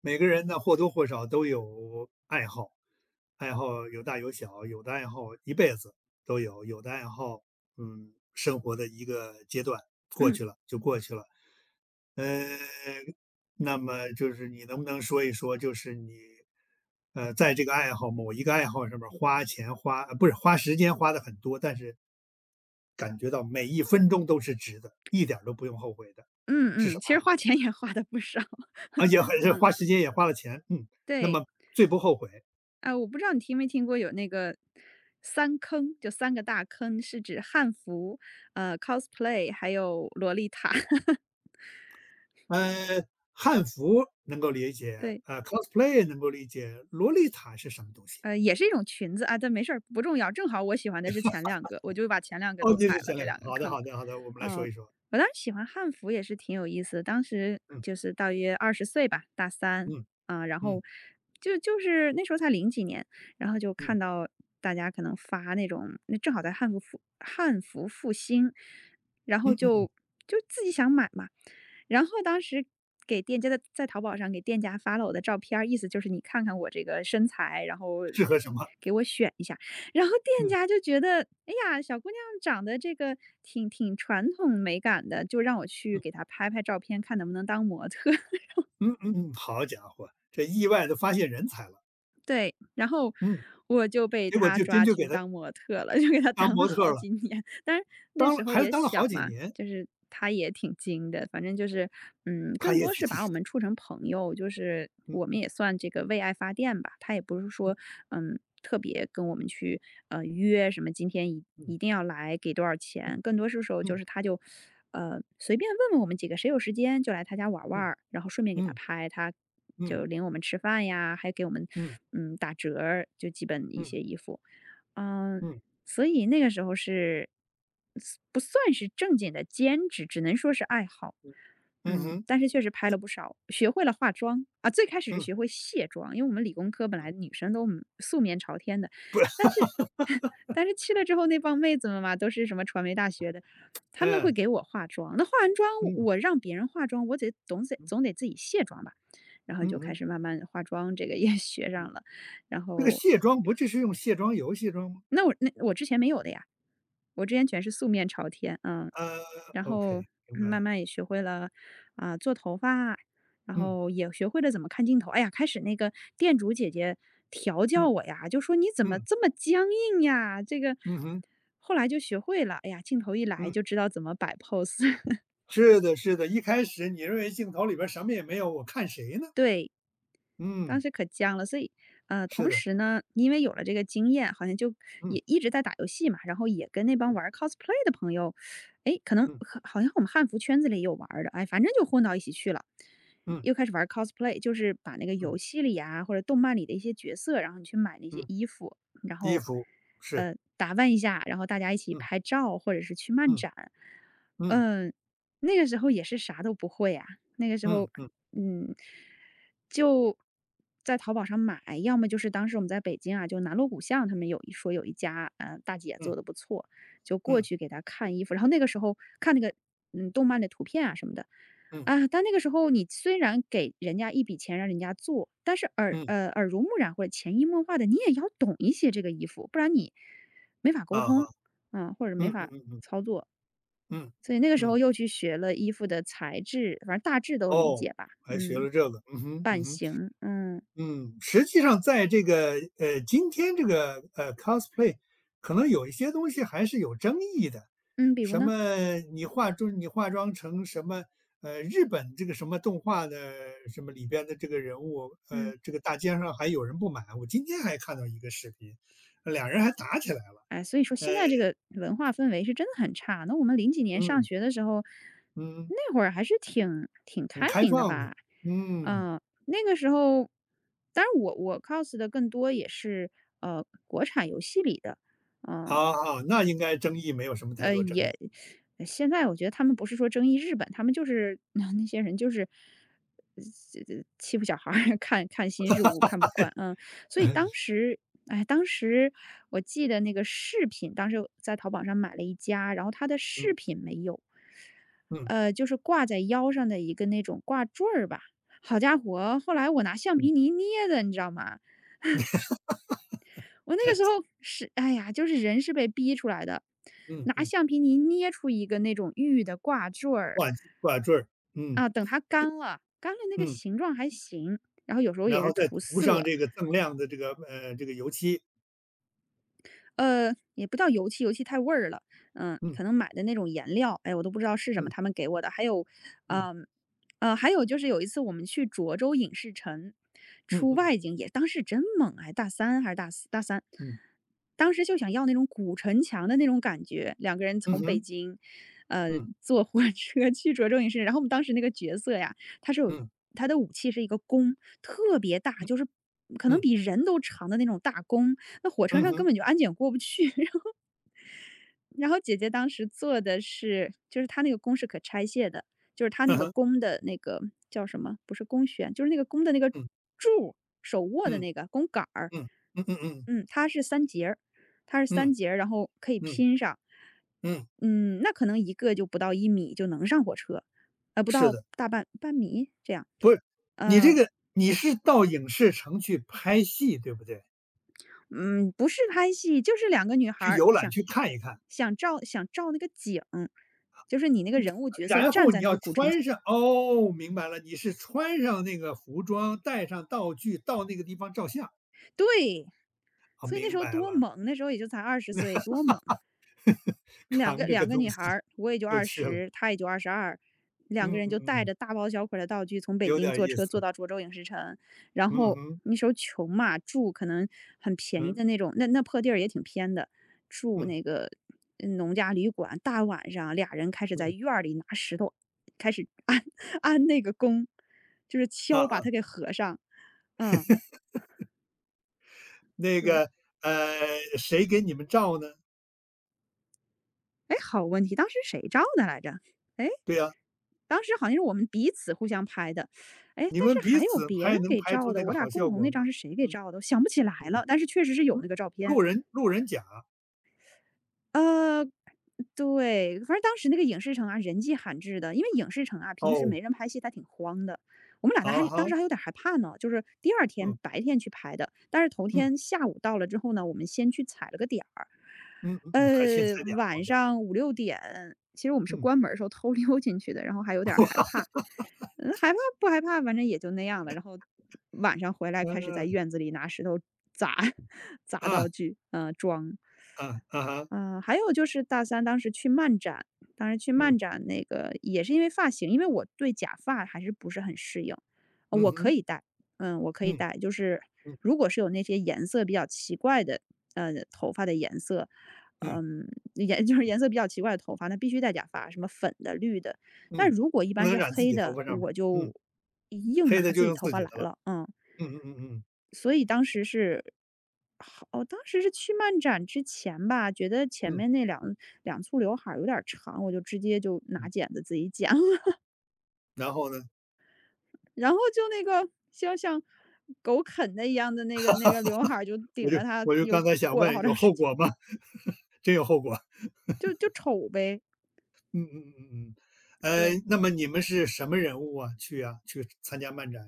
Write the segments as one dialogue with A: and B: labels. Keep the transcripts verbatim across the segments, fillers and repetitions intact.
A: 每个人呢，或多或少都有爱好，爱好有大有小，有的爱好一辈子都有，有的爱好，嗯，生活的一个阶段过
B: 嗯
A: 去了就过去了。呃，那么就是你能不能说一说，就是你，呃，在这个爱好某一个爱好上面儿花钱花，呃不是花时间花的很多，但是感觉到每一分钟都是值的，一点儿都不用后悔的，
B: 嗯
A: 是什
B: 嗯，其
A: 么爱
B: 实花
A: 好？
B: 钱也花的不少，
A: 啊，也很
B: 嗯，
A: 花时间，也花了钱，嗯，那
B: 对。
A: 么最不后悔。
B: 啊，我不知道你听没听过有那个三坑，就三个大坑，是指汉服，呃，cosplay，还有洛丽塔。
A: 呃，汉服能够理解，
B: 对。
A: 呃，cosplay 能够理解，洛丽塔是什么东西？
B: 呃，也是一种裙子啊，但没事儿，不重要。正好我喜欢的是前两个，我就把前两个
A: 哦，
B: 都
A: 就
B: 踩
A: 是
B: 了，
A: 前
B: 这
A: 两个，
B: 两个
A: 好的，
B: 坑。
A: 好的，好的，我们来说
B: 嗯，
A: 一说。
B: 我当时喜欢汉服也是挺有意思的，当时
A: 嗯
B: 就是大约二十岁吧，大三
A: 嗯
B: 啊。然后
A: 嗯
B: 就就是那时候才零几年，然后就
A: 嗯
B: 看到大家可能发那种，那正好在汉服复汉服复兴，然
A: 嗯
B: 后
A: 嗯嗯，
B: 就就自己想买嘛。然后当时给店家的在淘宝上给店家发了我的照片儿，意思就是你看看我这个身材，然后呃
A: 适合什么？
B: 给我选一下。然后店家
A: 嗯
B: 就觉得，哎呀，小姑娘长得这个挺挺传统美感的，就让我去给
A: 嗯
B: 她拍拍照片，看能不能当模特。
A: 嗯嗯嗯，好家伙，这意外的发现人才了，
B: 对，然后
A: 嗯，
B: 我就被
A: 结果
B: 他
A: 就真
B: 抓
A: 就给
B: 去
A: 他
B: 当模特了，就给他
A: 当
B: 当了
A: 模特
B: 好
A: 儿了，
B: 几年。但然那
A: 当
B: 时
A: 了
B: 候
A: 还是
B: 也
A: 当了
B: 小
A: 好几
B: 嘛，
A: 年，
B: 就是他也挺精的，反正就是，嗯，
A: 他
B: 更
A: 也
B: 多
A: 去，
B: 是把我们处成朋友，就是我们也算这个为爱发电吧。他也不是
A: 嗯
B: 说，嗯，特别跟我们去呃约什么今天一
A: 嗯
B: 一定要来给多少
A: 嗯
B: 钱，更多是时候就
A: 嗯
B: 是他就。呃，随便问问我们几个谁有时间就来他家玩玩
A: 嗯嗯
B: 儿，然后顺便给他
A: 嗯
B: 拍，他
A: 嗯
B: 就领我们吃饭呀，还给我们
A: 嗯
B: 嗯打折儿就基本一
A: 嗯嗯。
B: 些衣服。嗯、所以那个时候是不算是正经的兼职，只能说是爱好。
A: 嗯
B: 嗯，
A: 哼，
B: 但是确实拍了不少，学会了化妆啊。最开始是
A: 嗯，
B: 学会卸妆，因为我们理工科本来女生都嗯素面朝天的，但是 但是去了之后，那帮妹子们嘛，都是什么传媒大学的，他们会
A: 哎，
B: 给我化妆。那化完妆，
A: 嗯，
B: 我让别人化妆，我得总得
A: 嗯，
B: 总得自己卸妆吧。然后
A: 嗯
B: 就开
A: 哼，
B: 始慢慢化妆，这个也 学
A: 嗯，
B: 上了。然
A: 这个
B: 后
A: 卸妆不就是用卸妆油卸妆吗？
B: 那我那我之前没有的呀，我之前全是素面朝天，嗯，
A: 呃
B: 然
A: ，OK，
B: 后
A: 明
B: 嗯慢
A: 白，
B: 慢也学会了啊、做头发，然
A: 嗯，
B: 后也学会了怎么看镜头。哎呀，开始那个店主姐姐调教
A: 嗯，
B: 我呀，就说你怎么
A: 嗯，
B: 这么僵硬呀？这个
A: 嗯哼，
B: 后来就学会了，哎呀，镜头一来
A: 嗯，
B: 就知道怎么摆 pose。
A: 是的，是的，一开始你认为镜头里边什么也没有，我看谁呢？
B: 对，当
A: 嗯，
B: 时可僵了，所以，呃，
A: 是
B: 同
A: 的，
B: 时呢，因为有了这个经验，好像就
A: 嗯，
B: 也一直在打游戏嘛，然后也跟那帮
A: 嗯，
B: 玩 cosplay 的朋友。哎，可能
A: 嗯，
B: 和好像我们汉服圈子里也有玩儿的，哎，反正就混到一起去了，
A: 嗯，
B: 又开始玩 cosplay,就是把那个游
A: 嗯，
B: 戏里啊或者动漫里的一些角色，然后你去买那些
A: 嗯，
B: 衣服，然
A: 衣
B: 后，
A: 服是，
B: 呃，打扮一下，然后大家一起
A: 嗯，
B: 拍照或者是去漫
A: 嗯，
B: 展。
A: 嗯，
B: 嗯、那个时候也是啥都不会啊，那个时
A: 嗯，
B: 候
A: 嗯，
B: 嗯，就在淘宝上买，要么就是当时我们在北京啊，就南锣鼓巷，他们有一说有一家，呃，大姐
A: 嗯，
B: 做的不错，就过
A: 嗯，
B: 去给她看衣服。然后那个时候看那个，嗯，动漫的图片啊什么的。
A: 嗯，
B: 啊，但那个时候你虽然给人家一笔钱让人家做，但是耳
A: 嗯，
B: 呃耳濡目染或者潜移默化的，你也要懂一些这个衣服，不然你没法沟
A: 啊哈，
B: 通啊，或者
A: 嗯
B: 没
A: 嗯
B: 法
A: 嗯嗯
B: 操作。
A: 嗯
B: 所以那个时
A: 嗯，
B: 候又去学了衣服的材质，反正大致都理
A: 哦，
B: 解吧。
A: 还学
B: 嗯。
A: 了这个，嗯哼，
B: 版
A: 嗯哼。
B: 型，嗯。
A: 嗯，实际上在这个呃，今天这个呃 cosplay，可能有一些东西还是有争议的，
B: 嗯，比如
A: 什
B: 呢？
A: 么你化妆你化妆成什么呃日本这个什么动画的什么里边的这个人物，
B: 嗯，
A: 呃，这个大街上还有人不满，我今天还看到一个视频，俩人还打起来了，
B: 哎，所以说
A: 呃，
B: 现在这个文化氛围是真的很差。那我们零几年上
A: 嗯
B: 学的时候，
A: 嗯，
B: 那会儿还是挺挺
A: 很
B: 开
A: 开
B: 明的
A: 放的，
B: 吧？
A: 嗯，
B: 嗯，那个时候，当然我我 cos 的更多也是呃国产游戏里的，嗯。
A: 好好，那应该争议没有什么太
B: 呃，
A: 多争
B: 也
A: 议，
B: 现在我觉得他们不是说争议日本，他们就是 那些人就是呃欺负小孩儿 看看新事物看不惯，嗯，所以当
A: 嗯
B: 时。哎，当时我记得那个饰品，当时在淘宝上买了一家，然后它的饰
A: 嗯
B: 品没有，
A: 嗯
B: 呃，就是挂在腰上的一个那种挂坠儿吧。好家伙，后来我拿橡皮
A: 嗯
B: 泥捏的，你知道吗？我那个时候是，哎呀，就是人是被逼出来的，
A: 嗯
B: 拿
A: 嗯。
B: 橡皮泥捏出一个那种玉的挂坠儿
A: 挂坠挂坠儿，嗯
B: 啊，等它干了，干了那个
A: 嗯，
B: 形状还行，然后有时候
A: 然
B: 也是
A: 后再
B: 涂
A: 涂上
B: 色。
A: 这个锃亮的这个呃这个油漆，
B: 呃，也不叫油漆，油漆太味儿了。嗯，
A: 嗯
B: 可能买的那种颜料，哎，我都不知道是什么，
A: 嗯
B: 他们给我的。还有，
A: 嗯
B: 嗯，呃，还有就是有一次我们去涿州影视城
A: 嗯
B: 出
A: 嗯
B: 外景，也当时真猛哎，大三还是大四？大三，
A: 嗯
B: 当时就想要那种古城墙的那种感觉。两个人
A: 嗯
B: 从北
A: 哼，
B: 京，呃，
A: 嗯
B: 坐火车 去涿州影视城。然后我们当时那个角色呀，他是有
A: 嗯
B: 他的武器是一个弓，特别大，
A: 嗯
B: 就是可能
A: 嗯
B: 比人都长的那种大弓。那火车
A: 嗯
B: 上根
A: 哼，
B: 本就安检过不去。然后姐姐当时坐的是就是她那个弓是可拆卸的，就是她那
A: 嗯
B: 个
A: 哼，
B: 弓的那个叫什么？不是弓弦，就是那个弓的那个
A: 嗯
B: 柱，手握的
A: 嗯
B: 那个弓杆儿。
A: 嗯嗯嗯嗯
B: 嗯，它是三节儿，它是三
A: 嗯
B: 节儿，然后可以
A: 嗯
B: 拼上。
A: 嗯，嗯
B: 嗯，那可能一个就不到一米就能上火车，呃，不
A: 是
B: 到
A: 的，
B: 大半半米这样。
A: 不是你这
B: 嗯。
A: 个你是到影视城去拍戏对不对？
B: 嗯，不是拍戏，就是两个女孩
A: 去
B: 儿
A: 游览
B: 想
A: 去看一看，
B: 想照想照那个景，就是你那个人物角色
A: 然
B: 站
A: 后
B: 在
A: 你
B: 那
A: 要
B: 个古城
A: 穿
B: 前。
A: 上哦，明白了，你是穿上那个服装，带上道具到那个地方照相，
B: 对，
A: 啊，
B: 所以那
A: 明
B: 时候
A: 白
B: 多
A: 了。
B: 猛，那时候也就才二十岁，多猛。两个
A: 扛着个
B: 两个
A: 东
B: 女
A: 西
B: 孩儿，我也 就
A: 就
B: 二
A: 去了。
B: 十，她也就二十二，两
A: 嗯
B: 个人就
A: 嗯
B: 带
A: 嗯，
B: 着大包小捆儿的道具从北
A: 有点
B: 京
A: 儿
B: 坐
A: 意
B: 车坐
A: 思。
B: 到涿州影视城。然
A: 嗯
B: 后
A: 哼，
B: 那时候穷嘛，住可能很便宜
A: 嗯
B: 的那种，那那破地儿也挺偏的，住
A: 嗯
B: 那个嗯农家旅馆。大晚上俩人开始在
A: 嗯，
B: 院儿里拿石头开始安 安那个弓，就是
A: 啊
B: 敲把
A: 啊，
B: 它给合上。嗯，
A: 那
B: 就
A: 个，呃，谁给你们照呢？
B: 哎，好问题，当时谁照的来着？哎，
A: 对呀，
B: 当时好像是我们彼此互相拍的。哎，但
A: 你们
B: 是
A: 彼
B: 还有
A: 此
B: 别人
A: 拍能
B: 给
A: 拍
B: 照
A: 出
B: 的，
A: 那
B: 我
A: 个
B: 俩
A: 好
B: 共
A: 效
B: 同
A: 果
B: 那张
A: 吗？
B: 是谁给
A: 嗯
B: 照的，我想不起来
A: 嗯
B: 了，但是确实是有
A: 嗯，
B: 那个照片。
A: 路人路人甲，
B: 呃，对，反正当时那个影视城啊，人迹罕至的，因为影视城啊，平时
A: 哦，
B: 没人拍戏，它挺荒的。我们俩呢还
A: 好
B: 是当
A: 好，
B: 时还有点害怕呢，就是第二天
A: 嗯
B: 白天去拍的，但是头
A: 嗯
B: 天下午到了之后呢，我们先去踩了个点儿。
A: 嗯嗯嗯，还先
B: 呃，
A: 猜点儿，
B: 晚
A: 好家伙，
B: 上五六点，其实我们是
A: 嗯，
B: 关门儿的时候偷溜进去的，然后还有点儿害怕。嗯，害怕不害怕，反正也就那样了。然后晚上回来开始在
A: 呃，
B: 院子里拿石头砸 砸
A: 啊
B: 道具，嗯、装。
A: 啊啊哈，
B: 嗯、呃还有就是大三当时去漫展，当时去
A: 嗯
B: 漫展那个也是因为发型，因为我对假发还是不是很适应。呃
A: 嗯
B: 我可
A: 哼，
B: 以戴。嗯，我可以
A: 嗯
B: 戴，就是
A: 嗯
B: 如果是有那些颜色比较奇怪的，呃，头发的颜色。
A: 嗯
B: 嗯，颜 就是颜色比较奇怪的头发，那必须戴假发，什么粉的、绿的、但
A: 嗯，
B: 如果一
A: 不
B: 般
A: 能
B: 是
A: 染自
B: 黑
A: 己头
B: 的，
A: 发上面儿
B: 我
A: 嗯，
B: 就硬
A: 黑
B: 拿
A: 的就
B: 自己
A: 用
B: 头
A: 自
B: 发
A: 己
B: 来
A: 的了，
B: 了，嗯。
A: 嗯嗯嗯嗯。
B: 所以当时是好哦，当时是去漫展之前吧，觉得前
A: 嗯
B: 面那两两簇刘海儿有点儿长，我就直接就拿
A: 嗯，
B: 剪子自己剪了，
A: 然后呢？
B: 然后就那个像像狗啃的一样的那个那个刘海儿就
A: 我
B: 顶
A: 就
B: 着它，
A: 我就
B: 又
A: 刚才想
B: 过了
A: 问
B: 好长
A: 有
B: 时
A: 后
B: 间，
A: 果吗？真有后果。
B: 就就丑呗。
A: 嗯嗯嗯嗯嗯呃，
B: 对。
A: 那么你们是什么人物啊？去啊，去参加漫展，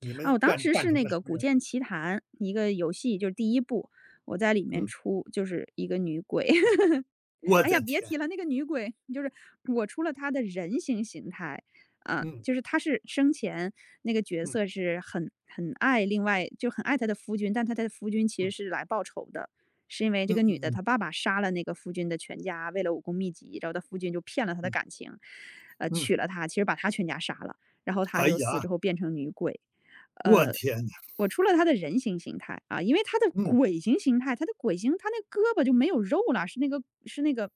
A: 你
B: 啊，
A: 们
B: 我当
A: 扮
B: 时
A: 扮
B: 是
A: 成
B: 那
A: 了什
B: 个
A: 么
B: 《古
A: 人
B: 剑
A: 物？
B: 奇谭》一个游戏，就是第一部，我在里面
A: 嗯，
B: 出就是一个女鬼。
A: 我
B: 哎呀，
A: 的
B: 别
A: 天，
B: 提了，那个女鬼就是我出了她的人形形态。啊，
A: 嗯
B: 就是她是生前那个角
A: 嗯
B: 色是很很爱另外就很爱她的夫君，但她的夫君其实
A: 嗯
B: 是来报仇的，是因为这
A: 嗯
B: 个女
A: 嗯
B: 的
A: 嗯
B: 她爸爸杀了那个夫君的全家，为了武功秘籍，然后她夫君就骗了她的
A: 嗯
B: 感情。呃，
A: 嗯
B: 娶了她，其实把她全家杀了，然后她
A: 哎
B: 就死之
A: 呀，
B: 后变成女鬼。
A: 我
B: 呃
A: 天呐，
B: 我出了他的人形形态啊，因为他的
A: 嗯，
B: 鬼形形态，他的鬼形，他那胳膊就没有肉了，是那个是那个，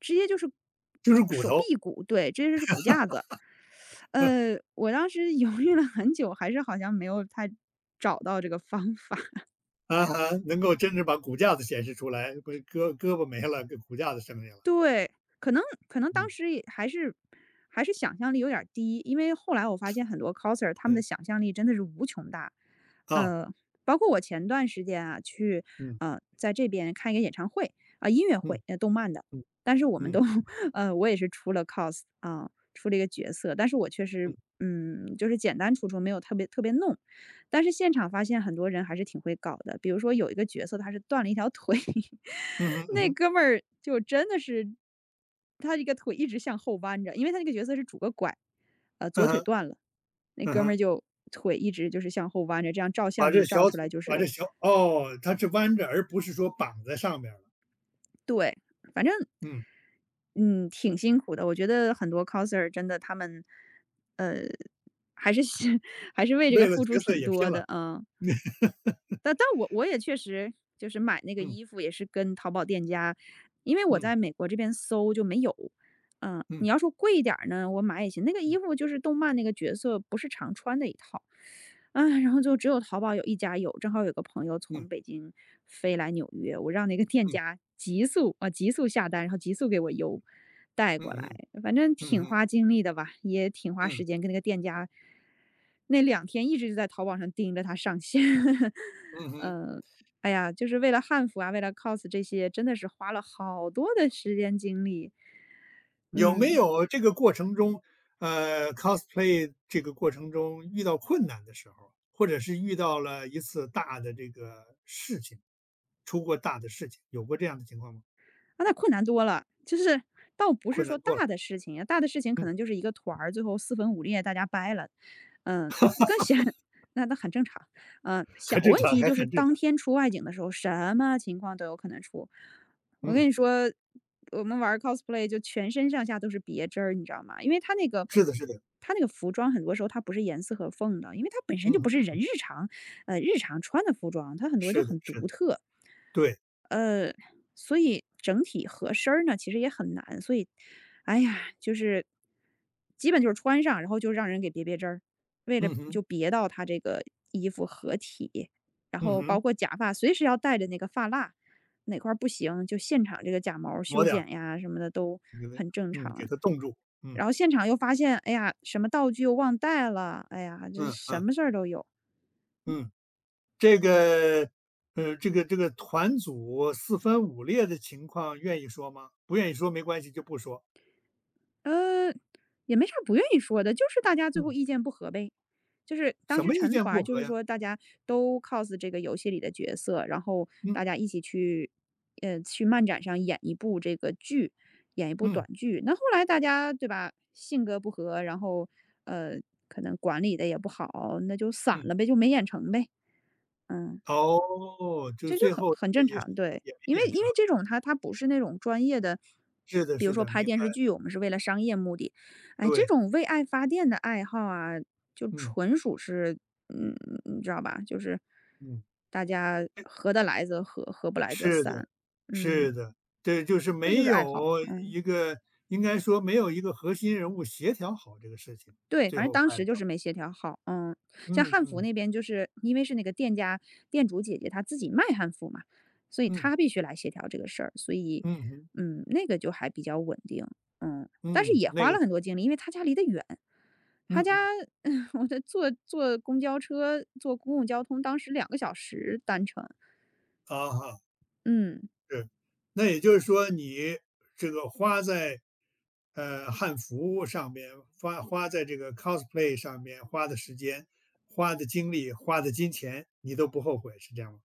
B: 直接就是
A: 就是骨
B: 手
A: 头，
B: 臂骨，对，直接就是骨架子。呃，我当时 犹豫了很久，还是好像没有太找到这个方法。
A: 啊哈，能够真是把骨架子显示出来，不是胳胳膊没了，给骨架子剩下了，
B: 对，可能可能当
A: 嗯
B: 时也还是还是想象力有点儿低，因为后来我发现很多 coser 他们的
A: 嗯
B: 想象力真的是无穷大。
A: 啊，
B: 呃，包括我前段时间啊去
A: 嗯
B: 呃在这边看一个演唱会啊、音乐
A: 嗯
B: 会，呃动漫的，
A: 嗯
B: 但是
A: 嗯
B: 我们都
A: 嗯
B: 呃我也是出了 cos 啊、出了一个角色，但是我确实
A: 嗯
B: 嗯就是简单出出，没有特别特别弄，但是现场发现很多人还是挺会搞的，比如说有一个角色他是断了一条腿，
A: 嗯哼嗯
B: 那
A: 哼，
B: 哥们儿就真的是，他这个腿一直向后弯着，因为他那个角色是拄个拐。呃，
A: 嗯
B: 左腿
A: 哼。
B: 断了，那
A: 嗯
B: 哥们儿
A: 哼，
B: 就腿一直就是向后弯着，这样照
A: 把
B: 相
A: 这
B: 能照
A: 小
B: 出来
A: 腿
B: 就
A: 把这
B: 是
A: 小哦，它是弯着，而不是说绑在上面了。
B: 对，反正，
A: 嗯，
B: 嗯，挺辛苦的。我觉得很多 coser 真的他们，呃，还是 还是为这个
A: 为了
B: 付出
A: 角色
B: 挺
A: 也拼
B: 多
A: 了。
B: 的，嗯。但但我我也确实就是买那个
A: 嗯
B: 衣服也是跟淘宝店家，因为我
A: 嗯
B: 在美国这边搜就没有。嗯，你
A: 嗯
B: 要说贵一点儿呢，我买也行。那个衣服就是动漫那个角色不是常穿的一套，啊，然后就只有淘宝有一家有，正好有个朋友从
A: 嗯
B: 北京飞来纽约，我让那个店
A: 嗯
B: 家急速啊急速下单，然后急速给我邮带过来，
A: 嗯
B: 反正
A: 嗯
B: 挺
A: 嗯
B: 花精力的吧，也挺花时
A: 嗯
B: 间，跟那个店家那两天一直就在淘宝上盯着它上线，
A: 嗯嗯，
B: 嗯，哎呀，就是为了汉服啊，为了 cos 这些，真的是花了好多的时间精力，
A: 有没
B: 嗯。
A: 有这个过程中，呃，cosplay 这个过程中遇到困难的时候，或者是遇到了一次大的这个事情，出过大的事情，有过这样的情况吗？
B: 啊，那困难多了，就是倒不是
A: 困
B: 说
A: 难多了，
B: 大的事情，大的事情可
A: 嗯，
B: 能就是一个团儿，最后四分五裂，大家掰了，嗯，更显 那那很正常。嗯，
A: 很
B: 小
A: 正
B: 问
A: 常，
B: 题
A: 还
B: 就是
A: 很正
B: 当
A: 常。
B: 天出外景的时候，什么情况都有可能出。我
A: 嗯，
B: 跟你说，我们玩儿 cosplay 就全身上下都是别针儿，你知道吗？因为它那个
A: 是的是的，
B: 它那个服装很多时候它不是严丝合缝的，因为它本身
A: 嗯
B: 就不是人
A: 哼，
B: 日常呃，日常穿的服装，它很多就
A: 是的
B: 很
A: 是
B: 独
A: 的，
B: 特。
A: 对。
B: 呃，所以整体合身儿呢，其实也很难。所以，哎呀，就是基本就是穿上，然后就让人给别别针儿，为了
A: 嗯哼，
B: 就别到他这个衣服合体，然
A: 嗯
B: 后包
A: 哼，
B: 括假发，随时要带着那个发蜡，哪块儿不行就现场这个假毛
A: 抹
B: 修
A: 点儿，
B: 剪呀什么的都
A: 给它
B: 很正
A: 嗯，给
B: 常。
A: 它冻住，嗯，
B: 然后现场又发现，哎呀，什么道具又忘带了，哎呀，这
A: 嗯
B: 什
A: 嗯
B: 么事儿都有。
A: 嗯，这个，呃，这个这个团组四分五裂的情况愿意说吗？不愿意说没关系，就不说。
B: 呃，也没啥不愿意说的，就是大家最后
A: 嗯，
B: 意见不合呗。就是当
A: 什
B: 时
A: 么意
B: 成
A: 见
B: 团儿
A: 不
B: 就
A: 合
B: 是
A: 呀？
B: 说大家都 cos 这个游戏里的角色，然后
A: 嗯
B: 大家一起去，呃，去漫展上演一部这个剧，演一部
A: 嗯
B: 短剧。那后来大家对吧，性格不合，然后呃，可能管理的也不好，那就散
A: 嗯，
B: 了呗，就没演成呗。嗯。
A: 哦，这个
B: 这就
A: 最
B: 很
A: 后
B: 很
A: 这个
B: 正
A: 也
B: 常，对。
A: 也
B: 因
A: 没
B: 为
A: 演
B: 因为
A: 成，
B: 这种他他不是那种专业的，
A: 是的，
B: 比如
A: 是
B: 说
A: 的，
B: 拍
A: 明白，
B: 电视剧，我们是为了商业目的。哎，这
A: 对，
B: 种为爱发电的爱好啊，就
A: 嗯
B: 纯属是，嗯，你知道吧？就是
A: 嗯。
B: 大家合得来则合，合不来则
A: 是
B: 散。
A: 的，
B: 嗯，
A: 是的，对，就是
B: 这就
A: 没
B: 是爱好，
A: 有
B: 嗯。
A: 一个应该说没有一个核心人物协调好这个事情，
B: 对，
A: 最
B: 反正
A: 后
B: 当
A: 败
B: 时就
A: 掉
B: 是
A: 了。
B: 没协调好，嗯。像
A: 嗯
B: 汉服
A: 嗯
B: 那边就是因为是那个店家店主姐姐她自己卖汉服嘛，所以
A: 嗯
B: 她必须来协调这个事儿，所以，
A: 嗯哼
B: 嗯，那个就还比较稳定，嗯。但是
A: 嗯，
B: 也
A: 那
B: 花
A: 个，
B: 了很多精力，因为她家离得远，她
A: 嗯
B: 家
A: 嗯，
B: 我在坐坐公交车、坐公共交通当时两个小时单程，
A: 啊哈，
B: 嗯。
A: 是。那也就是说，你这个花在呃汉服上面，花花在这个 cosplay 上面花的时间、花的精力、花的金钱，你都不后悔，是这样吗？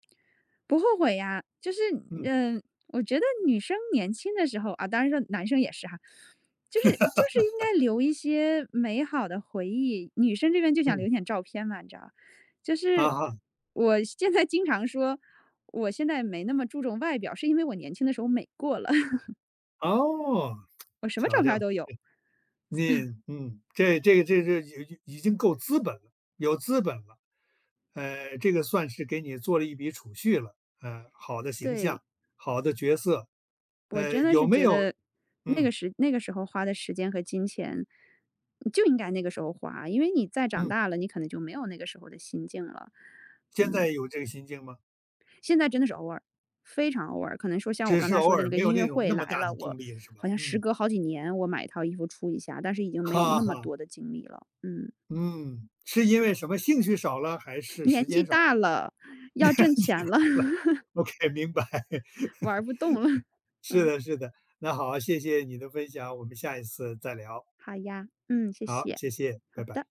B: 不后悔呀，就是
A: 嗯
B: 嗯，呃我觉得女生年轻的时候啊，当然说男生也是哈，就是就是应该留一些美好的回忆。女生这边就想留
A: 嗯，
B: 点照片嘛，你知道，就
A: 好
B: 是
A: 好
B: 我现在经常说，我现在没那么注重外表，是因为我年轻的时候美过了，
A: 哦，
B: 我什么照
A: 瞧
B: 片儿
A: 瞧。
B: 都有。
A: 你嗯，这这个这这已已经够资本了，有资本了，呃，这个算是给你做了一笔储蓄了，呃，好的形
B: 对，
A: 象，好的角色，
B: 我
A: 呃，
B: 真的
A: 有
B: 是
A: 没
B: 觉
A: 有
B: 得那个
A: 嗯
B: 时那个时候花的时间和金钱，你就应该那个时候花，因为你再长
A: 嗯，
B: 大了，你可能就没有那个时候的心境了。
A: 现
B: 嗯，
A: 在有这个心境吗？
B: 现在真的是偶尔，非常偶尔。可能说像我
A: 只
B: 刚
A: 是
B: 才
A: 偶
B: 说的那
A: 尔
B: 个
A: 没
B: 音
A: 有
B: 乐
A: 那种
B: 会
A: 那么
B: 来
A: 大
B: 了，
A: 的
B: 我
A: 动力了，是
B: 好
A: 吧？
B: 像时
A: 嗯，
B: 隔好几年，我买一套衣服出一下，但是已经没有
A: 哈
B: 那么
A: 哈，
B: 多的精力了。嗯，
A: 嗯，是因为什么兴趣少了，还是
B: 年
A: 时
B: 纪
A: 间少了
B: 大了，要挣钱了，
A: ？OK，明白，
B: 玩儿不动了。
A: 是
B: 嗯，
A: 的，是的，那好，谢谢你的分享，我们下一次再聊，
B: 好呀，嗯，谢
A: 好，
B: 谢，
A: 谢谢，
B: 好
A: 拜拜。
B: 的。